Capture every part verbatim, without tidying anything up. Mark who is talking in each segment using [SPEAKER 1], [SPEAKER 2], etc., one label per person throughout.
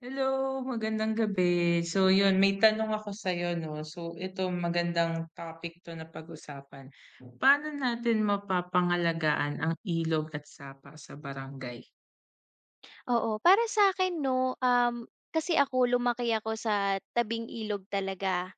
[SPEAKER 1] Hello, magandang gabi. So yun, may tanong ako sa'yo 'no. So ito magandang topic 'to na pag-usapan. Paano natin mapapangalagaan ang ilog at sapa sa barangay?
[SPEAKER 2] Oo, para sa akin 'no, um, kasi ako lumaki ako sa tabing ilog talaga.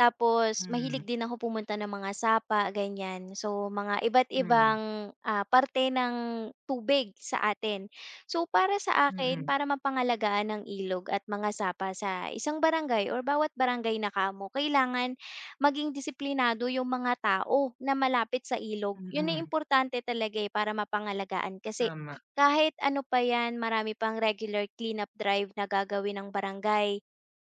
[SPEAKER 2] Tapos
[SPEAKER 1] Hmm,
[SPEAKER 2] mahilig din ako pumunta ng mga sapa, ganyan. So, mga iba't
[SPEAKER 1] hmm,
[SPEAKER 2] ibang, ah, parte ng tubig sa atin. So, para sa akin,
[SPEAKER 1] mm,
[SPEAKER 2] para mapangalagaan ng ilog at mga sapa sa isang barangay or bawat barangay na kamo, kailangan maging disiplinado yung mga tao na malapit sa ilog.
[SPEAKER 1] mm,
[SPEAKER 2] Yun ay
[SPEAKER 1] mm,
[SPEAKER 2] importante talaga, eh, para mapangalagaan kasi
[SPEAKER 1] tama.
[SPEAKER 2] kahit ano pa yan, marami pang regular cleanup drive na gagawin ng barangay.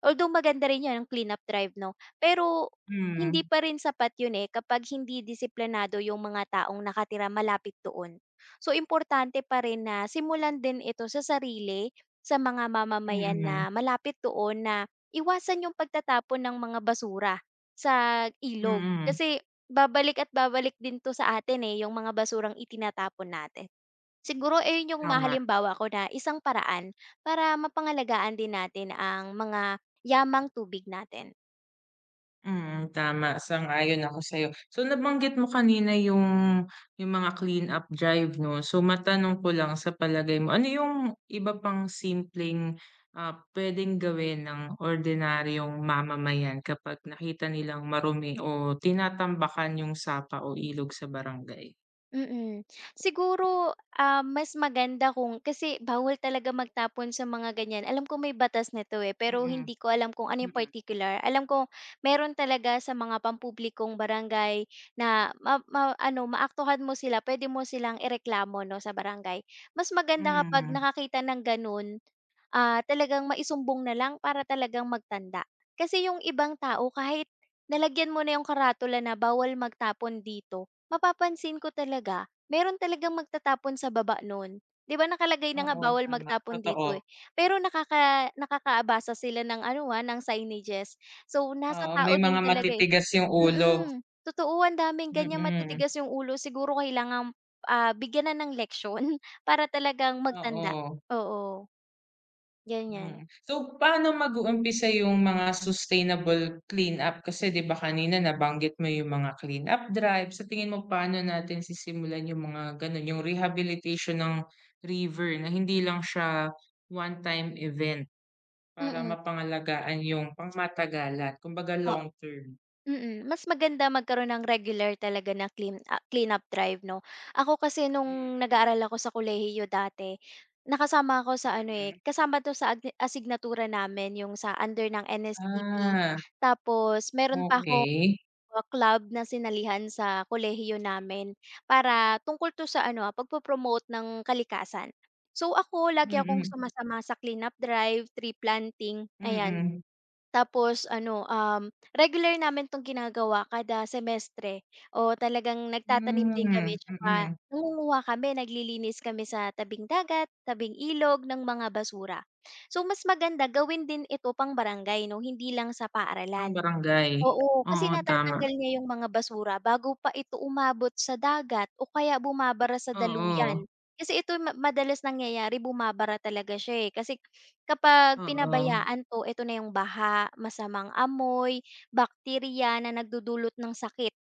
[SPEAKER 2] Although maganda rin 'yan, ang cleanup drive 'no, pero hindi
[SPEAKER 1] Hmm,
[SPEAKER 2] pa rin sapat 'yun, eh, kapag hindi disiplinado yung mga taong nakatira malapit doon. So, importante pa rin na simulan din ito sa sarili, sa mga mamamayan na
[SPEAKER 1] mm,
[SPEAKER 2] malapit doon na iwasan yung pagtatapon ng mga basura sa ilog.
[SPEAKER 1] mm,
[SPEAKER 2] Kasi babalik at babalik din 'to sa atin, eh, yung mga basurang itinatapon natin. Siguro ayun yung mga
[SPEAKER 1] tama.
[SPEAKER 2] halimbawa ko na isang paraan para mapangalagaan din natin ang mga yamang tubig natin.
[SPEAKER 1] Mm, tama sang-ayon ako sa'yo. So nabanggit mo kanina yung yung mga clean-up drive 'no, so matanong ko lang sa palagay mo, ano yung iba pang simpleng, ah, puwedeng gawin ng ordinaryong mamamayan kapag nakita nilang marumi o tinatambakan yung sapa o ilog sa barangay?
[SPEAKER 2] Mm. Siguro, ah, mas maganda kung kasi bawal talaga magtapon sa mga ganyan. Alam ko may batas nito, eh, pero
[SPEAKER 1] Mm,
[SPEAKER 2] hindi ko alam kung ano yung
[SPEAKER 1] mm,
[SPEAKER 2] particular. Alam ko meron talaga sa mga pampublikong barangay na ma- ma- ano, maaktuhan mo sila, pwede mo silang ireklamo 'no sa barangay. Mas maganda kapag
[SPEAKER 1] hmm,
[SPEAKER 2] nakakita ng ganun ah, talagang maisumbong na lang para talagang magtanda. Kasi yung ibang tao kahit nalagyan mo na yung karatula na bawal magtapon dito, mapapansin ko talaga meron talagang magtatapon sa baba nun. 'Di ba nakalagay na nga
[SPEAKER 1] oo
[SPEAKER 2] bawal
[SPEAKER 1] tama,
[SPEAKER 2] magtapon
[SPEAKER 1] totoo.
[SPEAKER 2] dito, eh, pero nakaka nakakaabasa sila ng ano, ah, ng signages. So, nasa
[SPEAKER 1] Oo, may
[SPEAKER 2] tao
[SPEAKER 1] mga
[SPEAKER 2] din talaga, eh.
[SPEAKER 1] matitigas yung ulo,
[SPEAKER 2] Mm, totoo ang daming ganyan
[SPEAKER 1] mm,
[SPEAKER 2] matitigas yung ulo siguro kailangan, ah, bigyan na ng leksyon para talagang magtanda.
[SPEAKER 1] oo.
[SPEAKER 2] Oo,
[SPEAKER 1] Hmm.
[SPEAKER 2] ganyan.
[SPEAKER 1] So, paano mag-uumpisa yung mga sustainable cleanup? Kasi 'di ba kanina nabanggit mo yung mga cleanup drive. Sa tingin mo paano natin sisimulan yung mga gano'n, yung rehabilitation ng river na hindi lang siya one-time event para
[SPEAKER 2] Mm,
[SPEAKER 1] mapangalagaan yung pangmatagalan, kumbaga
[SPEAKER 2] oo,
[SPEAKER 1] long term?
[SPEAKER 2] mm. Mas maganda magkaroon ng regular talaga na clean up cleanup drive 'no. Ako kasi
[SPEAKER 1] Mm,
[SPEAKER 2] nung
[SPEAKER 1] mm.
[SPEAKER 2] nag-aaral ako sa kolehiyo dati, nakasama ako sa ano, eh,
[SPEAKER 1] Mm.
[SPEAKER 2] kasama 'to sa agni asignatura namin yung sa under ng N S T P.
[SPEAKER 1] Ah,
[SPEAKER 2] Tapos meron pa akong,
[SPEAKER 1] okay.
[SPEAKER 2] ah, club na sinalihan sa kolehiyo namin para tungkol 'to sa ano, ah, pagpo-promote ng kalikasan. So, ako lagi
[SPEAKER 1] Mm,
[SPEAKER 2] akong
[SPEAKER 1] mm.
[SPEAKER 2] sumasama sa cleanup drive, tree planting, ayan.
[SPEAKER 1] Mm.
[SPEAKER 2] Tapos ano, um, regular namin 'tong ginagawa kada semestre o talagang nagtatanim din kami
[SPEAKER 1] Hmm,
[SPEAKER 2] tsaka
[SPEAKER 1] mm.
[SPEAKER 2] nangunguha kami, naglilinis kami sa tabing dagat, tabing ilog ng mga basura. So mas maganda gawin din ito pang-barangay 'no, hindi lang sa paaralan.
[SPEAKER 1] Pang-barangay.
[SPEAKER 2] Oo, kasi
[SPEAKER 1] Oo, tama.
[SPEAKER 2] natatanggal niya yung mga basura bago pa ito umabot sa dagat o kaya bumabara sa
[SPEAKER 1] Oo.
[SPEAKER 2] daluyan. Kasi ito ma madalas nangyayari bumabara talaga siya, eh, kasi kapag
[SPEAKER 1] Oo,
[SPEAKER 2] pinabayaan 'to, ito na yung baha, masamang amoy, bakterya na nagdudulot ng sakit.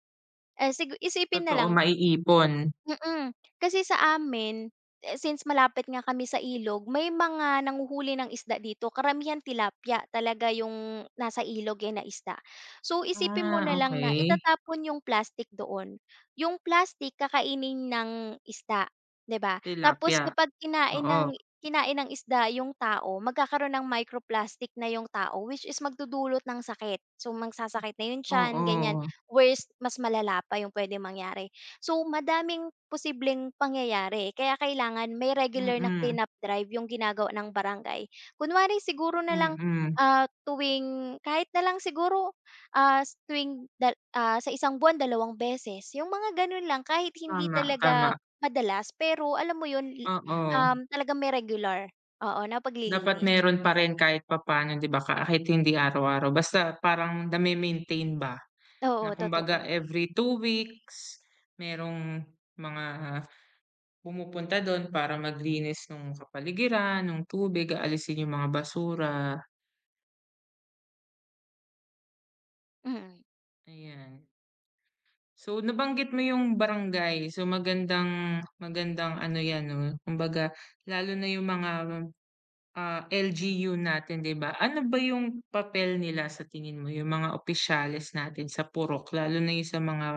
[SPEAKER 2] Eh, sigu isipin na
[SPEAKER 1] totoo
[SPEAKER 2] lang.
[SPEAKER 1] maiipon.
[SPEAKER 2] Mm, kasi sa amin, eh, since malapit nga kami sa ilog, may mga nanghuhuli ng isda dito. Karamihan tilapia talaga yung nasa ilog, eh, na isda. So, isipin mo
[SPEAKER 1] Ah,
[SPEAKER 2] na lang na
[SPEAKER 1] okey,
[SPEAKER 2] itatapon yung plastic doon. Yung plastic kakainin ng isda, 'di ba? Tapos
[SPEAKER 1] tilapia,
[SPEAKER 2] kapag kinain
[SPEAKER 1] oo,
[SPEAKER 2] ng kinain ng isda yung tao, magkakaroon ng microplastic na yung tao, which is magdudulot ng sakit. So, magsasakit na yun tiyan, ganyan.
[SPEAKER 1] oo,
[SPEAKER 2] Worst, mas malala pa yung pwede mangyari. So, madaming posibleng pangyayari kaya kailangan may regular na
[SPEAKER 1] mm,
[SPEAKER 2] cleanup drive yung ginagawa ng barangay. Kunwari siguro na lang,
[SPEAKER 1] mm,
[SPEAKER 2] ah, tuwing kahit na lang siguro, ah, s- tuwing dal ah, sa isang buwan dalawang beses, yung mga ganun lang kahit hindi
[SPEAKER 1] tama,
[SPEAKER 2] talaga
[SPEAKER 1] tama,
[SPEAKER 2] madalas pero alam mo 'yun, i
[SPEAKER 1] oo.
[SPEAKER 2] um, talagang may regular, oo, na
[SPEAKER 1] Dapat
[SPEAKER 2] paglilinis.
[SPEAKER 1] meron pa rin kahit papaano 'di ba kahit hindi araw-araw basta parang name-maintain ba na
[SPEAKER 2] Oo,
[SPEAKER 1] kumbaga
[SPEAKER 2] totoo.
[SPEAKER 1] every two weeks merong mga pumupunta dun para maglinis nung kapaligiran, nung tubig, aalisin yung mga basura,
[SPEAKER 2] Mm,
[SPEAKER 1] ayan. So, nabanggit mo yung barangay. So, magandang magandang ano 'yan 'no, kumbaga lalo na yung mga, ah, L G U natin 'di ba? Ano ba yung papel nila sa tingin mo, yung mga opisyales natin sa purok lalo na yung sa mga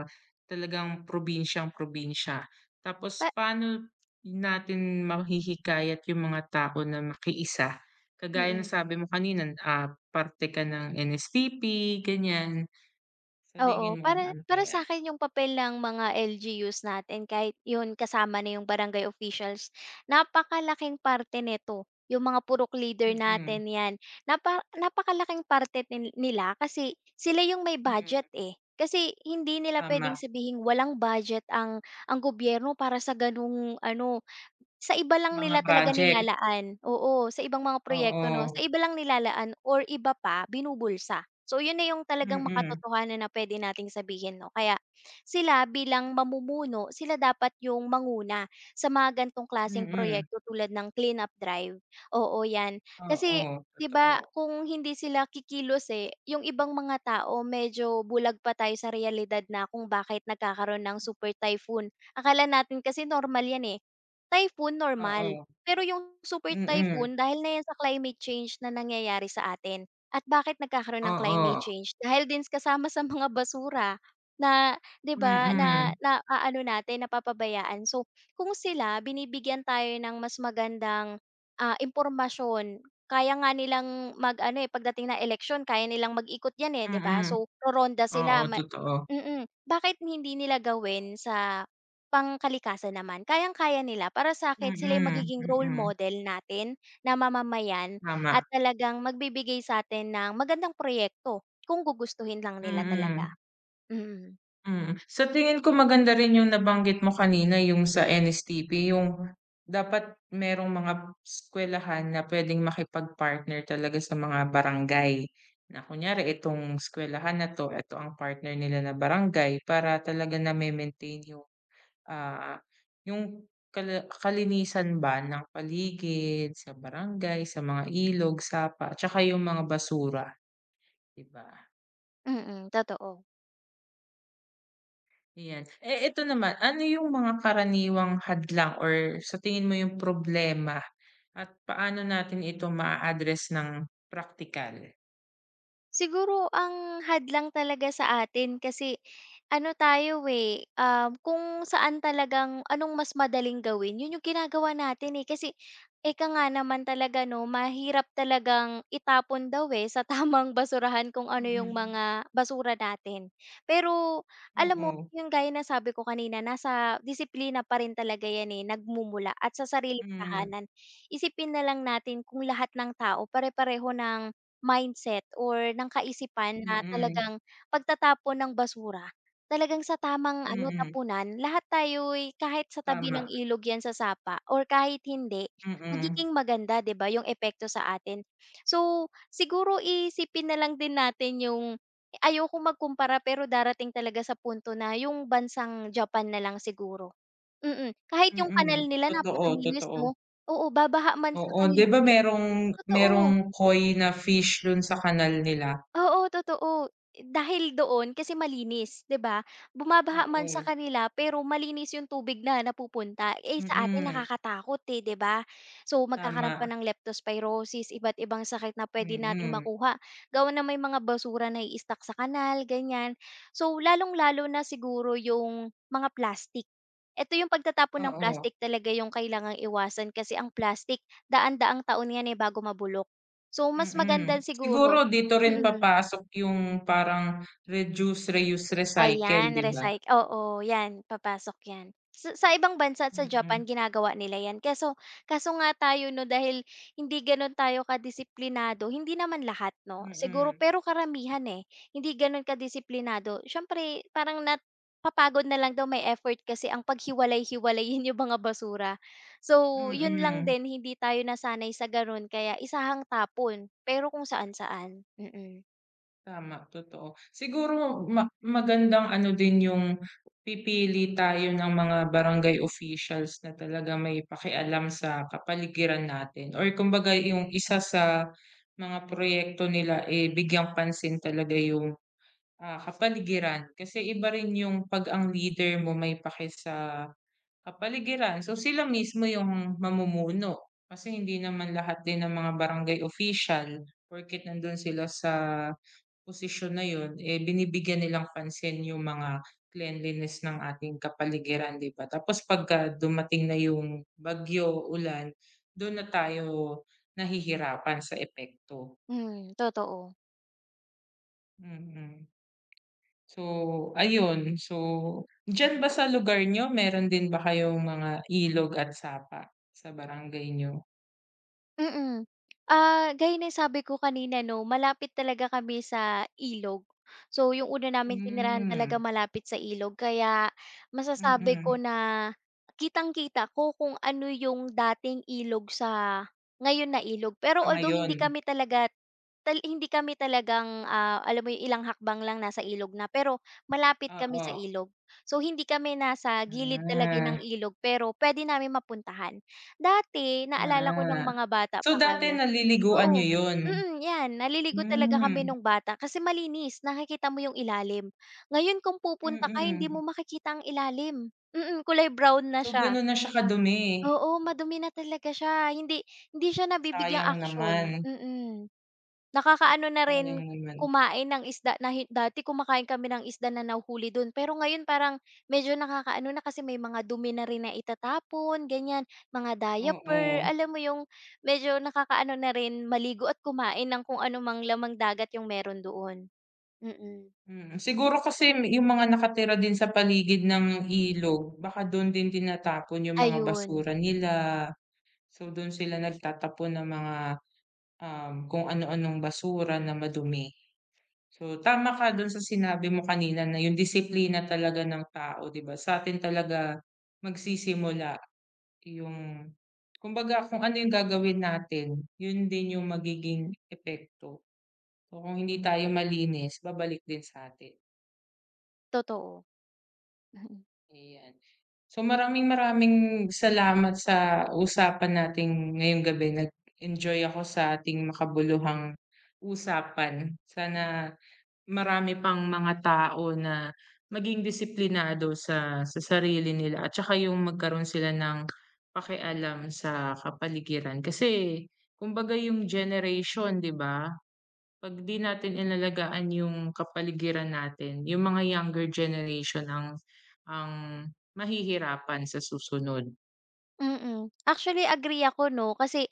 [SPEAKER 1] talagang probinsyang-probinsya? Tapos
[SPEAKER 2] pa
[SPEAKER 1] paano natin mahihikayat yung mga tao na makiisa? Kagaya ng
[SPEAKER 2] mm.
[SPEAKER 1] sabi mo kanina, ah, parte ka ng N S T P, ganyan. Sa tingin
[SPEAKER 2] Oo,
[SPEAKER 1] mo
[SPEAKER 2] para
[SPEAKER 1] ano
[SPEAKER 2] para sa
[SPEAKER 1] kaya?
[SPEAKER 2] akin yung papel ng mga L G Us natin kahit yun kasama na yung barangay officials, napakalaking parte nito. Yung mga purok leader
[SPEAKER 1] Mm.
[SPEAKER 2] natin 'yan, napa napakalaking parte nin nila kasi sila yung may
[SPEAKER 1] Mm,
[SPEAKER 2] budget, eh. Kasi hindi nila
[SPEAKER 1] tama.
[SPEAKER 2] puwedeng sabihing walang budget ang ang gobyerno para sa ganung ano, sa iba lang
[SPEAKER 1] Mga
[SPEAKER 2] nila talaga
[SPEAKER 1] project,
[SPEAKER 2] nilalaan, oo, sa ibang mga proyekto 'no, sa
[SPEAKER 1] oo.
[SPEAKER 2] iba lang nilalaan or iba pa binubulsa. So yun na yung talagang
[SPEAKER 1] Mm,
[SPEAKER 2] makatotohanan na puwede nating sabihin 'no, kaya sila bilang mamumuno, sila dapat yung manguna sa mga ganitong klaseng
[SPEAKER 1] mm.
[SPEAKER 2] proyekto tulad ng cleanup drive, oo 'yan.
[SPEAKER 1] Oo,
[SPEAKER 2] Kasi 'di ba
[SPEAKER 1] totoo.
[SPEAKER 2] kung hindi sila kikilos, eh, yung ibang mga tao medyo bulag pa tayo sa realidad na kung bakit nagkakaroon ng super typhoon. Akala natin kasi normal 'yan, eh. Typhoon normal,
[SPEAKER 1] Oo,
[SPEAKER 2] pero yung super
[SPEAKER 1] mm.
[SPEAKER 2] typhoon dahil na yan sa climate change na nangyayari sa atin. At bakit nagkakaroon ng
[SPEAKER 1] Oo,
[SPEAKER 2] climate change? Dahil din kasama sa mga basura na 'di ba,
[SPEAKER 1] mm.
[SPEAKER 2] na na naaano natin, napapabayaan. So, kung sila binibigyan tayo ng mas magandang, ah, impormasyon, kaya nga nilang mag-ano, eh, pagdating ng eleksyon kaya nilang mag-ikot yan, eh, 'di ba?
[SPEAKER 1] Mm.
[SPEAKER 2] So roronda
[SPEAKER 1] Oo,
[SPEAKER 2] sila ma
[SPEAKER 1] totoo.
[SPEAKER 2] mm. Mm. Bakit hindi nila gawin sa Pangkalikasan naman, kayang-kaya nila. Para sa sa'kin sila yung
[SPEAKER 1] Mm,
[SPEAKER 2] magiging role
[SPEAKER 1] mm.
[SPEAKER 2] model natin na mamamayan
[SPEAKER 1] Tama,
[SPEAKER 2] at talagang magbibigay sa'tin ng magandang proyekto kung gugustuhin lang nila talaga.
[SPEAKER 1] mm.
[SPEAKER 2] Mm,
[SPEAKER 1] Mm. Sa tingin ko maganda rin yung nabanggit mo kanina yung sa N S T P, yung dapat merong mga eskuwelahan na puwedeng makipag-partner talaga sa mga barangay. Na kunyari itong eskuwelahan na 'to, ito ang partner nila na barangay para talaga na may maintain yung, ah, yung kal kalinisan ba ng paligid, sa barangay, sa mga ilog, sapa, tsaka yung mga basura, 'di ba?
[SPEAKER 2] mm, totoo.
[SPEAKER 1] Ayan. Eh, ito naman, ano yung mga karaniwang hadlang or sa tingin mo yung problema at paano natin ito ma address ng praktikal?
[SPEAKER 2] Siguro ang hadlang talaga sa atin kasi ano tayo, eh, um, kung saan talagang anong mas madaling gawin, yun yung ginagawa natin, eh. Kasi ika nga naman talaga 'no, mahirap talagang itapon daw, eh, sa tamang basurahan kung ano yung
[SPEAKER 1] Mm,
[SPEAKER 2] mga basura natin. Pero alam mo,
[SPEAKER 1] oo.
[SPEAKER 2] yung gaya na sabi ko kanina, nasa disiplina pa rin talaga yan, eh, nagmumula at sa sariling
[SPEAKER 1] Hmm,
[SPEAKER 2] tahanan. Isipin na lang natin kung lahat ng tao pare-pareho ng mindset or ng kaisipan na
[SPEAKER 1] mm,
[SPEAKER 2] talagang pagtatapon ng basura, talagang sa tamang ano,
[SPEAKER 1] mm,
[SPEAKER 2] tapunan lahat tayo'y kahit sa tabi ng
[SPEAKER 1] tama,
[SPEAKER 2] ilog 'yan sasapa or kahit hindi,
[SPEAKER 1] mm,
[SPEAKER 2] magiging maganda 'di ba 'yung epekto sa atin. So, siguro isipin na lang din natin 'yung ayoko magkumpara pero darating talaga sa punto na 'yung bansang Japan na lang siguro, mm. Kahit 'yung
[SPEAKER 1] mm.
[SPEAKER 2] kanal nila
[SPEAKER 1] Totoo,
[SPEAKER 2] napakalinis
[SPEAKER 1] totoo.
[SPEAKER 2] 'no, oo, babaha man sa
[SPEAKER 1] Oo, 'di
[SPEAKER 2] kanila
[SPEAKER 1] ba
[SPEAKER 2] pe
[SPEAKER 1] merong merong
[SPEAKER 2] totoo.
[SPEAKER 1] koi na fish dun sa kanal nila?
[SPEAKER 2] Oo, totoo. Dahil doon kasi malinis, 'di ba? Bumabaha man sa
[SPEAKER 1] Oo,
[SPEAKER 2] kanila pero malinis yung tubig na napupunta. Eh, sa atin
[SPEAKER 1] mm,
[SPEAKER 2] nakakatakot, eh, 'di ba? So, magkakaroon pa
[SPEAKER 1] tama,
[SPEAKER 2] ng leptospirosis, iba't ibang sakit na pwede nating
[SPEAKER 1] mm,
[SPEAKER 2] makuha. Gawa na may mga basura na i-stuck sa kanal, ganyan. So, lalong-lalo na siguro yung mga plastic. Eto yung pagtatapon ng
[SPEAKER 1] oo.
[SPEAKER 2] plastic talaga yung kailangang iwasan kasi ang plastic daan-daang taon yan, eh, bago mabulok. So, mas
[SPEAKER 1] Mm.
[SPEAKER 2] maganda
[SPEAKER 1] Siguro
[SPEAKER 2] siguro
[SPEAKER 1] dito rin
[SPEAKER 2] mm.
[SPEAKER 1] papasok yung parang reduce, reuse, recycle,
[SPEAKER 2] Ayan,
[SPEAKER 1] 'di ba?
[SPEAKER 2] recyc oo, 'yan papasok 'yan. Sa sa ibang bansa at sa Japan
[SPEAKER 1] Mm,
[SPEAKER 2] ginagawa nila 'yan kaso kaso nga tayo 'no dahil hindi gano'n tayo kadisiplinado, hindi naman lahat 'no, siguro
[SPEAKER 1] mm,
[SPEAKER 2] pero karamihan, eh, hindi gano'n kadisiplinado. Siyempre parang nat papagod na lang daw may effort kasi ang paghiwalay-hiwalayin yung mga basura. So, yun lang
[SPEAKER 1] mm.
[SPEAKER 2] din hindi tayo nasanay sa gano'n kaya isahang tapon, pero kung saan-saan. Mm-mm. Mm.
[SPEAKER 1] Tama, totoo. Siguro ma magandang ano din yung pipili tayo ng mga barangay officials na talaga may pakialam sa kapaligiran natin or kumbaga yung isa sa mga proyekto nila, eh, bigyang pansin talaga yung, ah, kapaligiran. Kasi iba rin yung 'pag ang leader mo may paki sa kapaligiran. So, sila mismo yung mamumuno. Kasi hindi naman lahat din ng mga barangay official, porket nandun sila sa posisyon na yun, eh binibigyan nilang pansin yung mga cleanliness ng ating kapaligiran, di ba? Tapos pagka dumating na yung bagyo, ulan, doon na tayo nahihirapan sa epekto.
[SPEAKER 2] Hmm, totoo.
[SPEAKER 1] Mm. So, ayun. So, diyan ba sa lugar niyo meron din ba kayong mga ilog at sapa sa barangay niyo?
[SPEAKER 2] Mm. Ah, gaya ng sabi ko kanina 'no, malapit talaga kami sa ilog. So, yung una naming tinirahan talaga
[SPEAKER 1] Hmm,
[SPEAKER 2] malapit sa ilog kaya masasabi ko
[SPEAKER 1] mm.
[SPEAKER 2] na kitang-kita ko kung ano yung dating ilog sa ngayon na ilog. Pero
[SPEAKER 1] Sa
[SPEAKER 2] although
[SPEAKER 1] ngayon,
[SPEAKER 2] hindi kami talaga tal hindi kami talagang, ah, alam mo yung ilang hakbang lang nasa ilog na, pero malapit kami sa
[SPEAKER 1] oo.
[SPEAKER 2] ilog. So, hindi kami nasa gilid talaga
[SPEAKER 1] Ah,
[SPEAKER 2] ng ilog pero puwede naming mapuntahan. Dati naalala ko nung
[SPEAKER 1] ah.
[SPEAKER 2] mga bata
[SPEAKER 1] So,
[SPEAKER 2] pa
[SPEAKER 1] dati
[SPEAKER 2] kami
[SPEAKER 1] naliliguan niyo
[SPEAKER 2] oo,
[SPEAKER 1] 'yun?
[SPEAKER 2] mm, 'yan naliligo talaga kami
[SPEAKER 1] Hmm,
[SPEAKER 2] nung bata kasi malinis nakikita mo yung ilalim. Ngayon kung pupunta ka hindi
[SPEAKER 1] mm.
[SPEAKER 2] mo makikita ang ilalim, mm, kulay brown na
[SPEAKER 1] So,
[SPEAKER 2] siya.
[SPEAKER 1] gano'n na siya kadumi.
[SPEAKER 2] Oo, madumi na talaga siya hindi hindi siya nabibigyang
[SPEAKER 1] Sayang
[SPEAKER 2] aksyon,
[SPEAKER 1] naman,
[SPEAKER 2] mm. Nakakaano na rin
[SPEAKER 1] sayang naman.
[SPEAKER 2] kumain ng isda na hi dati kumakain kami ng isda na nahuhuli dun, pero ngayon parang medyo nakakaano na kasi may mga dumi na rin na itatapon, ganyan, mga diaper,
[SPEAKER 1] Oo,
[SPEAKER 2] alam mo yung medyo nakakaano na rin maligo at kumain ng kung ano mang lamang dagat yung meron doon. Mm.
[SPEAKER 1] mm. Siguro kasi yung mga nakatira din sa paligid ng ilog baka do'n din tinatapon yung mga
[SPEAKER 2] Ayun,
[SPEAKER 1] basura nila. So, do'n sila nagtatapon ng mga, um, kung ano-anong basura na madumi. So, tama ka dun sa sinabi mo kanina na yung disiplina talaga ng tao, 'di ba? Sa atin talaga magsisimula yung, kumbaga, kung ano yung gagawin natin, yun din yung magiging epekto. So, kung hindi tayo malinis, babalik din sa atin.
[SPEAKER 2] totoo.
[SPEAKER 1] Ayan. So, maraming-maraming salamat sa usapan natin ngayong gabi. Nag-enjoy ako sa ating makabuluhang usapan. Sana marami pang mga tao na maging disiplinado sa sa sarili nila at saka yung magkaroon sila ng pakialam sa kapaligiran. Kasi kumbaga yung generation, 'di ba? 'Pag 'di natin inalagaan yung kapaligiran natin, yung mga younger generation ang ang mahihirapan sa susunod.
[SPEAKER 2] Mm. Actually agree ako 'no, kasi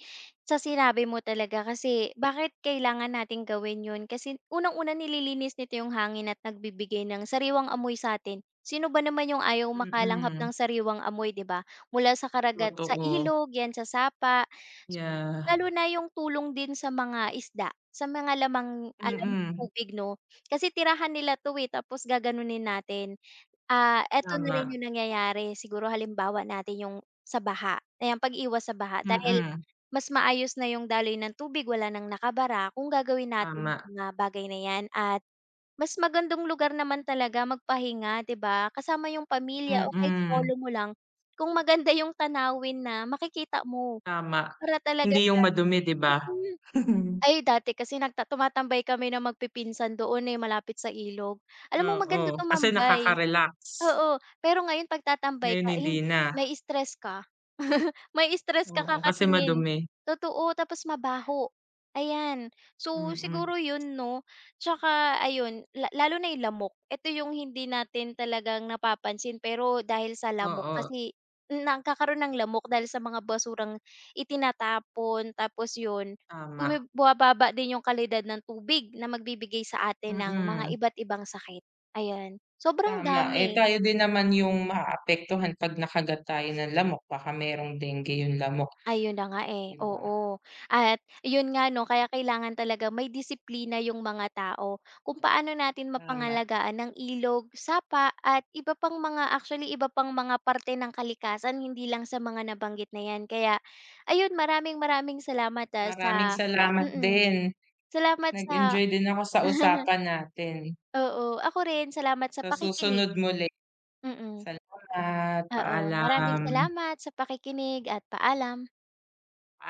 [SPEAKER 2] sa sinabi mo talaga kasi bakit kailangan nating gawin 'yun kasi unang-una nililinis nito 'yung hangin at nagbibigay ng sariwang amoy sa sa'tin. Sino ba naman 'yung ayaw makalanghap
[SPEAKER 1] Mm,
[SPEAKER 2] ng sariwang amoy, 'di ba? Mula sa karagat sa
[SPEAKER 1] totoo.
[SPEAKER 2] ilog, 'yan sa sapa, so,
[SPEAKER 1] Yeah,
[SPEAKER 2] lalo na 'yung tulong din sa mga isda, sa mga lamang ah, lamang
[SPEAKER 1] mm,
[SPEAKER 2] tubig 'no, kasi tirahan nila 'to, eh, tapos gaganunin natin. Ah, eto na rin
[SPEAKER 1] tama.
[SPEAKER 2] yung nangyayari siguro halimbawa natin yung sa baha, ayan pag-iwas sa baha dahil
[SPEAKER 1] Mm,
[SPEAKER 2] mas maayos na yung daloy ng tubig wala nang nakabara kung gagawin natin
[SPEAKER 1] tama.
[SPEAKER 2] yung mga bagay na yan at mas magandang lugar naman talaga magpahinga 'di ba, kasama yung pamilya o kahit
[SPEAKER 1] Mm,
[SPEAKER 2] solo mo lang, kung maganda yung tanawin na makikita mo
[SPEAKER 1] tama.
[SPEAKER 2] para talaga.
[SPEAKER 1] Hindi yung madumi 'di ba?
[SPEAKER 2] Hmm. Ay, dati kasi nagta tumatambay kami ng magpipinsan doon, eh, malapit sa ilog. Alam mo maganda
[SPEAKER 1] Oo, kasi
[SPEAKER 2] tumambay,
[SPEAKER 1] nakaka-relax.
[SPEAKER 2] oo. Pero ngayon 'pag tatambay
[SPEAKER 1] Ngayon
[SPEAKER 2] ka, eh,
[SPEAKER 1] hindi
[SPEAKER 2] hin
[SPEAKER 1] na,
[SPEAKER 2] mai-stress ka. May stress ka
[SPEAKER 1] oo, kasi
[SPEAKER 2] kakatingin,
[SPEAKER 1] madumi.
[SPEAKER 2] totoo. Tapos mabaho, ayan. So,
[SPEAKER 1] Mm,
[SPEAKER 2] siguro 'yun 'no. Tsaka ayun, la lalo na 'yung lamok. Ito 'yung hindi natin talagang napapansin pero dahil sa lamok
[SPEAKER 1] oo,
[SPEAKER 2] kasi nagkakaroon ng lamok dahil sa mga basurang itinatapon tapos 'yun. Bumi
[SPEAKER 1] tama.
[SPEAKER 2] bumababa din yung kalidad ng tubig na magbibigay sa atin ng mga
[SPEAKER 1] Mm,
[SPEAKER 2] iba't ibang sakit, ayan. Sobrang
[SPEAKER 1] tama. Eh,
[SPEAKER 2] dami,
[SPEAKER 1] tayo din naman yung maaapektuhan 'pag nakagat tayo ng lamok baka merong dengue yung lamok,
[SPEAKER 2] ayun na nga,
[SPEAKER 1] 'di
[SPEAKER 2] eh,
[SPEAKER 1] ba?
[SPEAKER 2] oo. At yun nga 'no, kaya kailangan talaga may disiplina yung mga tao kung paano natin
[SPEAKER 1] Tama.
[SPEAKER 2] mapangalagaan ang ilog, sapa, at iba pang mga actually iba pang mga parte ng kalikasan hindi lang sa mga nabanggit na yan. Kaya ayun, maraming-maraming salamat, ah, sa
[SPEAKER 1] Maraming salamat
[SPEAKER 2] mm,
[SPEAKER 1] din.
[SPEAKER 2] salamat sa
[SPEAKER 1] Nag-enjoy din ako sa usapan natin.
[SPEAKER 2] oo, ako rin salamat sa
[SPEAKER 1] Sa susunod
[SPEAKER 2] pakikinig.
[SPEAKER 1] muli.
[SPEAKER 2] Mm,
[SPEAKER 1] Salamat,
[SPEAKER 2] oo. Maraming
[SPEAKER 1] paalam.
[SPEAKER 2] salamat sa pakikinig at paalam.